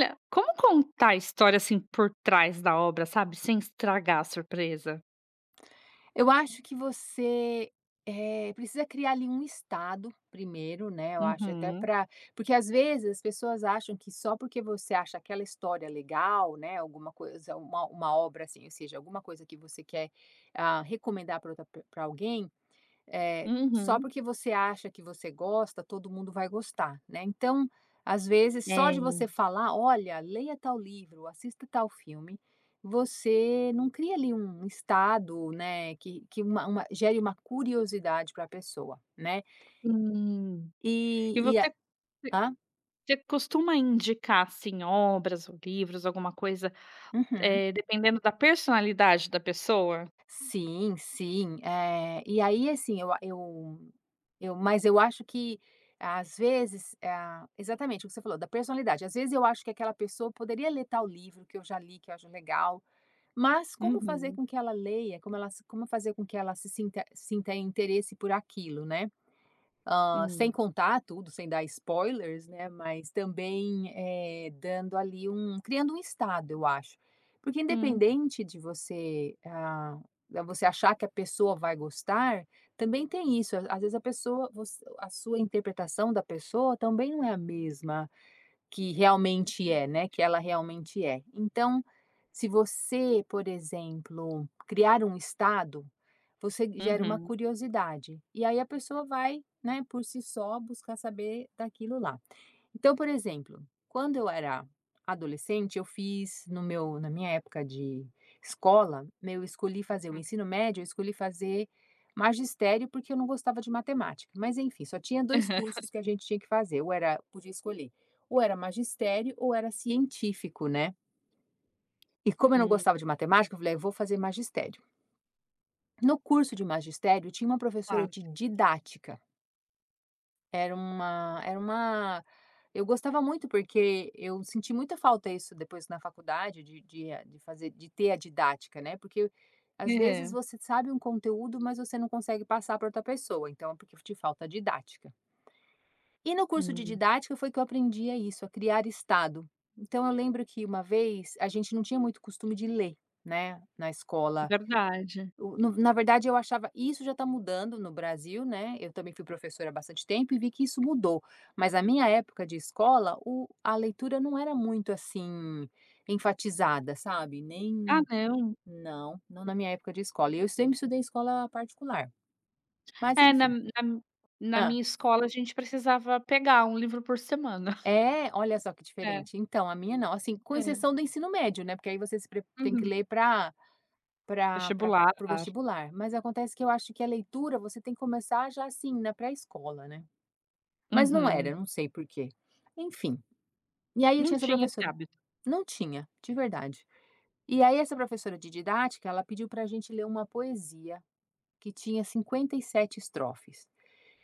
Olha, como contar a história, assim, por trás da obra, sabe, sem estragar a surpresa? Eu acho que você, precisa criar ali um estado primeiro, né, eu acho até Uhum, para, porque às vezes as pessoas acham que só porque você acha aquela história legal, né, alguma coisa, uma obra assim, ou seja, alguma coisa que você quer, recomendar para outra alguém, só uhum. porque você acha que você gosta, todo mundo vai gostar, né. Então, às vezes, só É, de você falar: "Olha, leia tal livro, assista tal filme", você não cria ali um estado, né, que uma gere uma curiosidade para a pessoa, né. sim. E E a você Hã? você costuma indicar, assim, obras ou livros, alguma coisa, Uhum. Dependendo da personalidade da pessoa? Sim, sim. E aí, assim, eu mas eu acho que, às vezes, exatamente o que você falou, da personalidade. Às vezes eu acho que aquela pessoa poderia ler tal livro que eu já li, que eu acho legal, mas como fazer Uhum. com que ela leia, como fazer com que ela se sinta interesse por aquilo, né, sem Hum. contar tudo, sem dar spoilers, né, mas também, dando ali criando um estado, eu acho. Porque Hum. independente de você, da você achar que a pessoa vai gostar, também tem isso, às vezes a pessoa você a sua interpretação da pessoa também não é a mesma, que ela realmente é. Então, se você, por exemplo, criar um estado, você gera uma Uhum. curiosidade. E aí a pessoa vai, né, por si só buscar saber daquilo lá. Então, por exemplo, quando eu era adolescente, eu fiz no meu na minha época de escola, né, eu escolhi fazer o ensino médio, eu escolhi fazer magistério, porque eu não gostava de matemática. Mas enfim, só tinha 2 cursos que a gente tinha que fazer, ou era podia escolher, ou era magistério ou era científico, né. E como eu não Hum. Hum, gostava de matemática, eu falei: "Ah, eu vou fazer magistério". No curso de magistério, tinha uma professora tá. de didática. Era uma Eu gostava muito, porque eu senti muita falta isso depois na faculdade de eh, de fazer de ter a didática, né, porque às vezes É. você sabe um conteúdo, mas você não consegue passar para outra pessoa, então é porque te falta a didática. E no curso de Hum, didática foi que eu aprendi a isso, a criar estado. Então eu lembro que uma vez a gente não tinha muito costume de ler, né, na é escola. verdade. O no Na verdade eu achava isso já está mudando no Brasil, né, eu também fui professora há bastante tempo e vi que isso mudou, mas a minha época de escola, o a leitura não era muito, assim, enfatizada, sabe. Nem Ah, não. não, não na minha época de escola, e eu sempre estudei em escola particular, mas É, na enfim. na na ah, minha escola, a gente precisava pegar um livro por semana. É, olha só que É, diferente. Então, a minha não, assim, com é. exceção do ensino médio, né, porque aí você se pre tem que Uhum. ler para Vestibular. para o vestibular, mas acontece que eu acho que a leitura você tem que começar já, assim, na pré-escola, né. Mas não Uhum. era, não sei por quê. Enfim, e aí Não tinha essa tinha esse professora. hábito. Não tinha, de verdade. E aí essa professora de didática, ela pediu pra gente ler uma poesia que tinha 57 estrofes.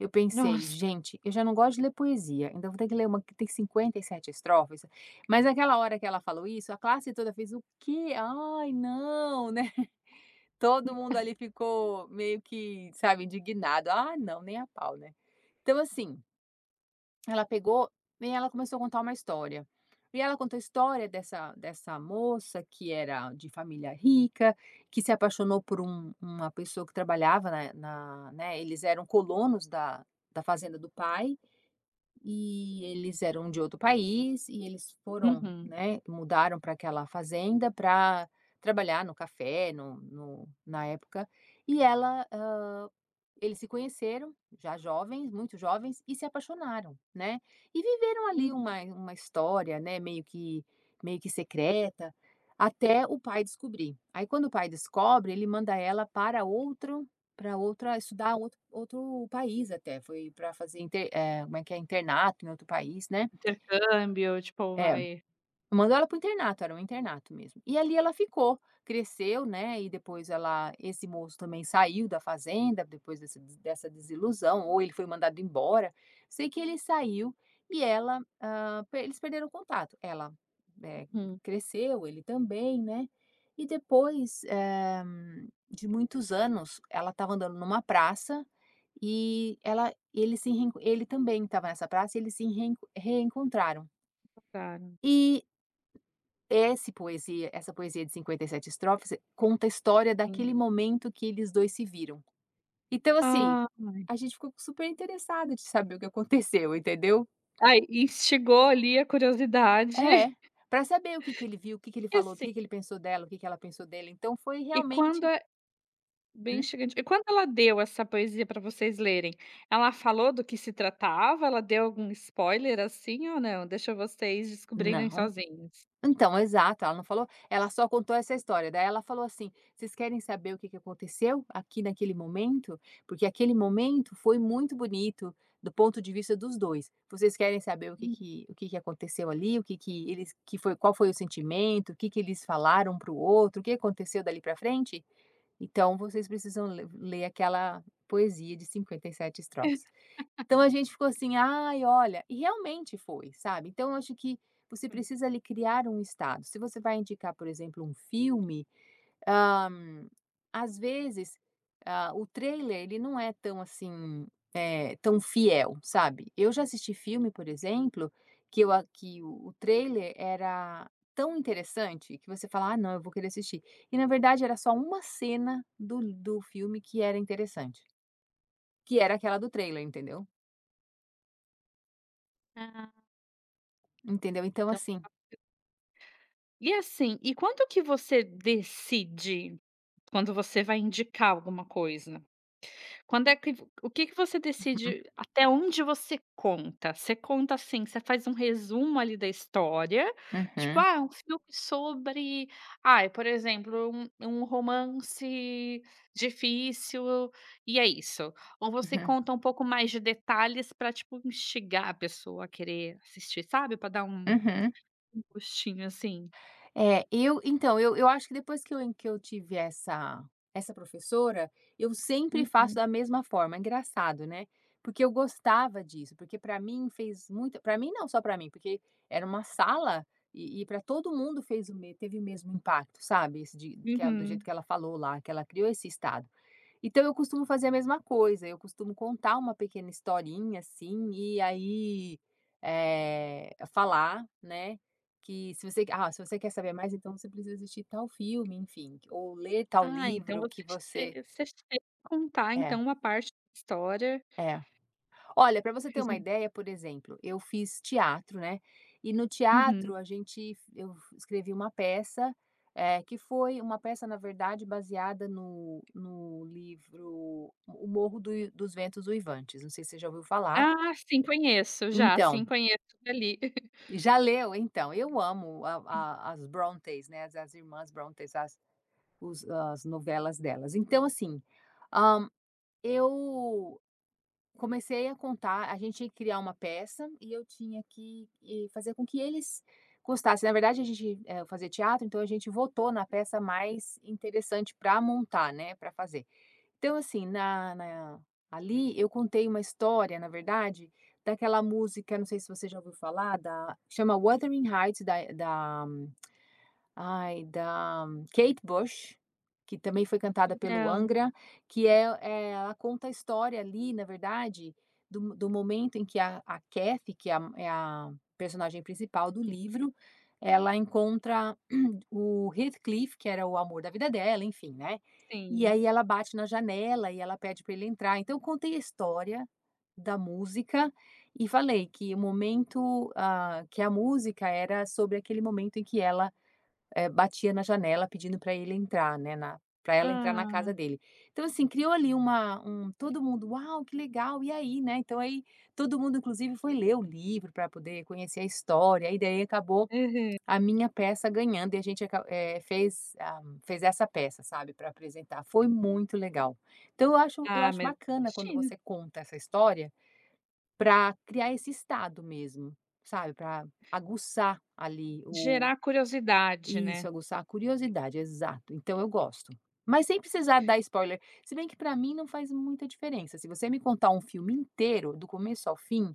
Eu pensei: Nossa. "Gente, eu já não gosto de ler poesia, então vou ter que ler uma que tem 57 estrofes". Mas naquela hora que ela falou isso, a classe toda fez: "O quê? Ai, não", né. Todo mundo ali ficou meio que, sabe, indignado: "Ah, não, nem a pau", né. Então, assim, ela pegou e ela começou a contar uma história. E ela contou a história dessa moça que era de família rica, que se apaixonou por uma pessoa que trabalhava né, eles eram colonos da fazenda do pai, e eles eram de outro país e eles foram, Uhum. né, mudaram para aquela fazenda para trabalhar no café, no no na época, e ela, hã, eles se conheceram, já jovens, muito jovens, e se apaixonaram, né, e viveram ali Uhum. uma história, né, meio que secreta, até o pai descobrir. Aí quando o pai descobre, ele manda ela para outro para outra estudar outro país, até, foi para fazer como é que é, internato em outro país, né. Intercâmbio, tipo, É, vai. eu mandou ela para o internato, era um internato mesmo. E ali ela ficou, cresceu, né, e depois ela esse moço também saiu da fazenda, depois dessa desilusão, ou ele foi mandado embora. Sei que ele saiu e ela, hã, per eles perderam o contato. Ela, eh, Uhum. cresceu, ele também, né. E depois, de muitos anos, ela estava andando numa praça e ela ele se reen ele também estava nessa praça e eles se reen reencontraram. Claro, E esse poesia essa poesia de 57 estrofes, conta a história sim. daquele momento que eles 2 se viram. Então, assim, Ai. a gente ficou super interessada de saber o que aconteceu, entendeu? Ai, instigou ali a curiosidade. É, para saber o que que ele viu, o que que ele E falou, o assim, que que ele pensou dela, o que que ela pensou dele, então foi e quando realmente. é bem Hum? instigante. E quando ela deu essa poesia para vocês lerem, ela falou do que se tratava? Ela deu algum spoiler, assim, ou não? Deixa vocês descobrirem Não. sozinhos? Então, exato, ela não falou, ela só contou essa história. Daí ela falou assim: "Vocês querem saber o que que aconteceu aqui naquele momento? Porque aquele momento foi muito bonito do ponto de vista dos 2. Vocês querem saber o que que aconteceu ali, o que que eles que foi qual foi o sentimento, o que que eles falaram para o outro, o que aconteceu dali para frente? Então vocês precisam le ler aquela poesia de 57 estrofes". Então a gente ficou assim: "Ai, olha", e realmente foi, sabe. Então eu acho que você Uhum. precisa ali criar um estado. Se você vai indicar, por exemplo, um filme, hã, às vezes, o trailer ele não é tão assim, tão fiel, sabe. Eu já assisti filme, por exemplo, que eu a que o trailer era tão interessante que você fala: "Ah, não, eu vou querer assistir". E na verdade era só uma cena do filme que era interessante, que era aquela do trailer, entendeu? Ah, Entendeu? Então, então. assim. E assim, quando você vai indicar alguma coisa. Quando é que o que que você Uhum, decide até onde você conta? Você conta, assim, você faz um resumo ali da história, tipo, uhum, ah, um filme sobre, ah, por exemplo, um romance difícil e é isso. Ou você uhum, conta um pouco mais de detalhes para tipo, instigar a pessoa a querer assistir, sabe, para dar um uhum. Gostinho, assim. É, eu então, eu acho que depois que eu tive essa professora, eu sempre faço Uhum, da mesma forma, é engraçado, né, porque eu gostava disso, porque para mim não, só para mim, porque era uma sala e pra todo mundo fez o me teve o mesmo impacto, sabe, esse de que ela do jeito uhum. que ela falou lá, que ela criou esse estado. Então eu costumo fazer a mesma coisa, eu costumo contar uma pequena historinha, assim, e aí, falar, né, que se você quer saber mais, então você precisa assistir tal filme, enfim, ou ler tal Ah, então livro que você você. che você chega a contar É, então uma parte da história é. Olha, para você ter uma resu ideia, por exemplo, eu fiz teatro, né, e no uhum. teatro a gente eu escrevi uma peça, é que foi uma peça, na verdade, baseada no livro O Morro do dos Ventos Uivantes, não sei se você já ouviu falar. Ah, sim, conheço já, Então, sim, conheço dali. já leu? Então, eu amo a as Brontës, né, as irmãs Brontës, as novelas delas. Então, assim, hã, eu comecei a contar a gente tinha que criar uma peça e eu tinha que e fazer com que eles gostassem. Na verdade, a gente, fazia teatro, então a gente votou na peça mais interessante para montar, né, para fazer. Então, assim, na na ali eu contei uma história, na verdade, daquela música, não sei se você já ouviu falar, da chama Wuthering Heights, da da Ai, da Kate Bush, que também foi cantada pelo Não, Angra, ela conta a história ali, na verdade, do momento em que a Kathy, que é a personagem principal do livro, ela encontra o Heathcliff, que era o amor da vida dela, enfim, né. E sim. aí ela bate na janela e ela pede para ele entrar. Então eu contei a história da música e falei que que a música era sobre aquele momento em que ela batia na janela pedindo para ele entrar, né, na pra ela entrar na Ah, casa dele. Então, assim, criou ali uma um todo mundo: "Uau, que legal, e aí, né?". Então aí, todo mundo inclusive foi ler o livro para poder conhecer a história, e daí acabou aham. a minha peça ganhando e a gente aca eh, fez a fez essa peça, sabe, para apresentar. Foi muito legal. Então eu Ah, acho mas bacana quando imagina, você conta essa história para criar esse estado mesmo, sabe, para aguçar ali o gerar curiosidade, isso, né. aguçar a curiosidade, exato. Então eu gosto. Mas sem precisar dar spoiler. Se bem que pra mim não faz muita diferença. Se você me contar um filme inteiro, do começo ao fim,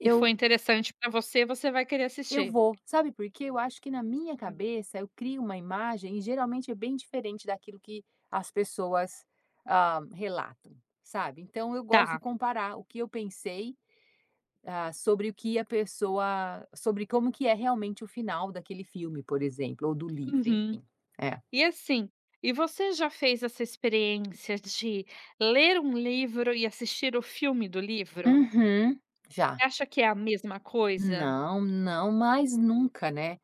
E foi interessante pra você, você vai querer eu assistir. vou. Sabe por quê? Eu acho que na minha Hum, cabeça eu crio uma imagem e geralmente é bem diferente daquilo que as pessoas, relatam, sabe. Então eu gosto de tá. comparar o que eu pensei, sobre o que a pessoa sobre como que é realmente o final daquele filme, por exemplo, ou do livro, Uhum. enfim. É. E assim, e você já fez essa experiência de ler um livro e assistir o filme do livro? Uhum, já. Você acha que é a mesma coisa? Não, não, mas nunca, né.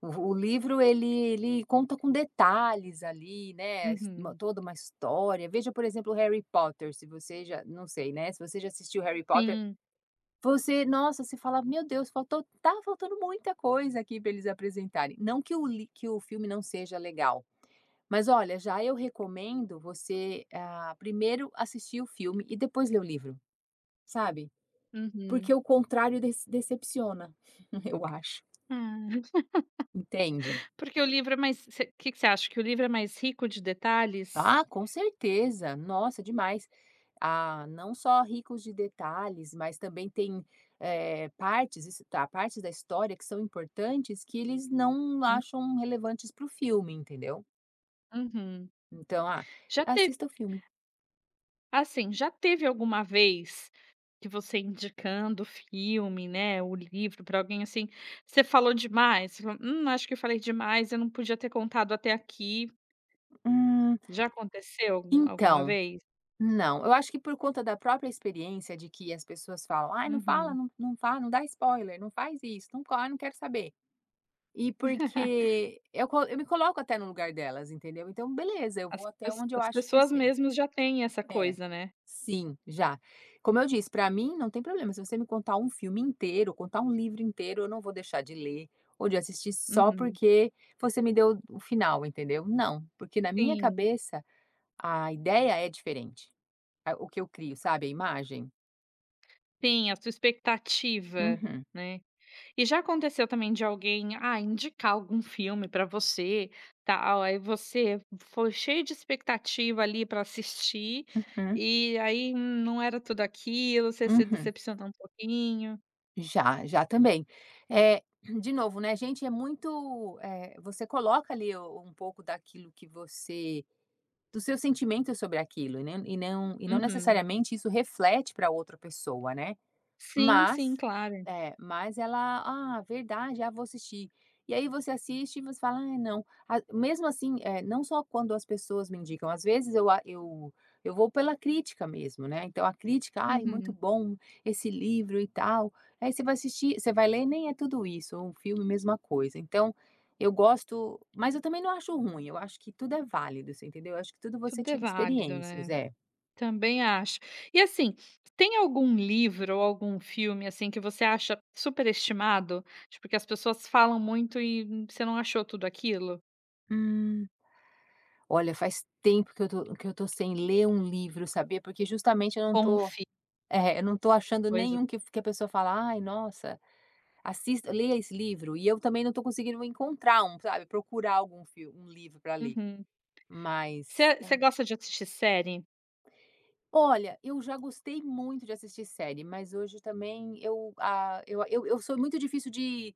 O livro ele conta com detalhes ali, né, s uma Uhum. toda uma história. Veja, por exemplo, Harry Potter, se você já não sei, né, se você já assistiu Harry Potter, Sim. você nossa, você fala: "Meu Deus, faltou faltando muita coisa aqui para eles apresentarem". Não que o li que o filme não seja legal, mas olha, já eu recomendo você, primeiro assistir o filme e depois ler o livro, sabe. Porque Uhum. o contrário decepciona, eu acho, Ah. entende? Porque o livro é mais o que que você acha, que o livro é mais rico de detalhes? Ah, com certeza. Nossa, demais. Ah, não só ricos de detalhes, mas também tem, partes partes da história que são importantes que eles não Hum. acham relevantes para o filme, entendeu? Uhum. Então, Já teve assista o filme. Já teve alguma vez que você indicando o filme, né, o livro para alguém, assim, você falou demais? Você falou: acho que eu falei demais, eu não podia ter contado até aqui". Hum, Já aconteceu alguma então, vez? não. Eu acho que por conta da própria experiência de que as pessoas falam: "Ai, não fala, Uhum. Não dá spoiler, não faz isso, não co ah, não quero saber". E porque eu me coloco até no lugar delas, entendeu. Então beleza, eu vou As até pes onde eu as acho que eu pessoas sei. mesmo já têm essa É, coisa, né. sim, já. Como eu disse, pra mim não tem problema, se você me contar um filme inteiro, contar um livro inteiro, eu não vou deixar de ler ou de assistir só Uhum. porque você me deu o final, entendeu. Não, porque na minha Sim. cabeça a ideia é diferente, a o que eu crio, sabe, a imagem. Sim, a sua expectativa, Uhum, né. E já aconteceu também de alguém, ah, indicar algum filme pra você, tal, aí você foi cheio de expectativa ali pra assistir, uhum, e aí, hum, não era tudo aquilo, você se uhum. decepcionou um pouquinho. Já, já também. É de novo, né, gente é muito, você coloca ali o um pouco daquilo que você do seu sentimento sobre aquilo, e não Uhum. necessariamente isso reflete para outra pessoa, né. Sim, sim, Mas claro. é, mas ela: "Ah, verdade, já vou assistir". E aí você assiste e você fala: "Ai, não". A mesmo assim, é não só quando as pessoas me indicam, às vezes eu vou pela crítica mesmo, né, então a crítica: "Ai, muito Uhum. bom esse livro e tal". Aí você vai assistir você vai ler, nem é tudo isso, ou um filme, mesma coisa. Então, eu gosto mas eu também não acho ruim, eu acho que tudo é válido, você entendeu? Eu acho que tudo você Tudo é tira válido, experiências, né. é. Também acho. E assim, tem algum livro ou algum filme, assim, que você acha superestimado? Tipo, que as pessoas falam muito e você não achou tudo aquilo? Hum. Olha, faz tempo que eu tô sem ler um livro, sabia, porque justamente eu não Ou um tô filme, é, eu não tô achando coisa, nenhum que a pessoa fala: "Ai, nossa, assista leia esse livro", e eu também não tô conseguindo encontrar um, sabe, procurar algum fil um livro para ler. uhum. Mas, Você hã, gosta de assistir série? olha, eu já gostei muito de assistir série, mas hoje também eu, eu sou muito difícil de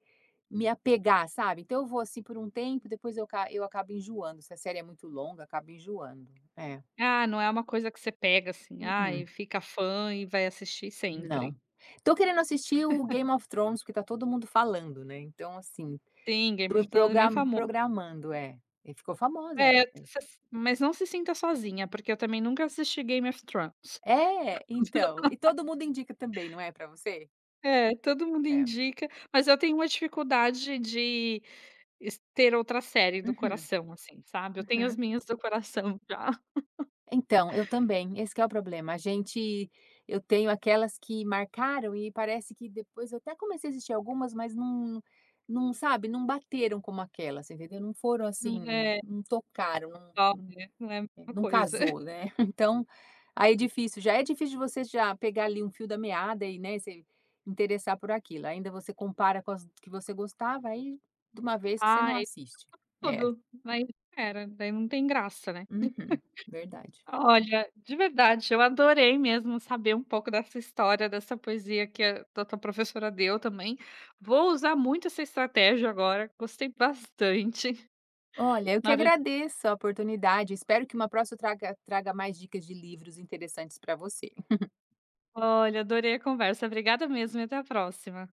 me apegar, sabe, então eu vou assim por um tempo, depois eu acabo enjoando, se a série é muito longa, acabo enjoando. É. Ah, não é uma coisa que você pega, assim, ah, e Mm-mm. fica fã e vai assistir Não. sempre. Tô querendo assistir o Game of Thrones, porque tá todo mundo falando, né, então, assim, Sim, tô Game me of Thrones é bem famoso. programando. É, e ficou famosa essa É, daí. você mas não se sinta sozinha, porque eu também nunca assisti Game of Thrones. É, então, e todo mundo indica também, não é, pra você? É, todo mundo É. indica, mas eu tenho uma dificuldade de Es ter outra série do Uhum, coração, assim, sabe. Eu tenho as uhum. minhas do coração já. Então, eu também, esse que é o problema, a gente eu tenho aquelas que marcaram e parece que depois eu até comecei a assistir algumas, mas não, sabe, não bateram como aquelas. Você entendeu? Não foram assim, É, não tocaram, só, não. né, não é a É, mesma não coisa. casou, né. Então, aí é difícil, já é difícil você já pegar ali um fio da meada e, né, se interessar por aquilo, ainda você compara com as que você gostava, aí de uma vez que você Ah, não é assiste. É, tudo, mas era, daí não tem graça, né. uhum, verdade. Olha, de verdade, eu adorei mesmo saber um pouco dessa história, dessa poesia que a da tua professora deu também. Vou usar muito essa estratégia agora, gostei bastante. Olha, eu que na hora de agradeço a oportunidade, espero que uma próxima traga mais dicas de livros interessantes para você. olha, adorei a conversa. Obrigada mesmo e até a próxima.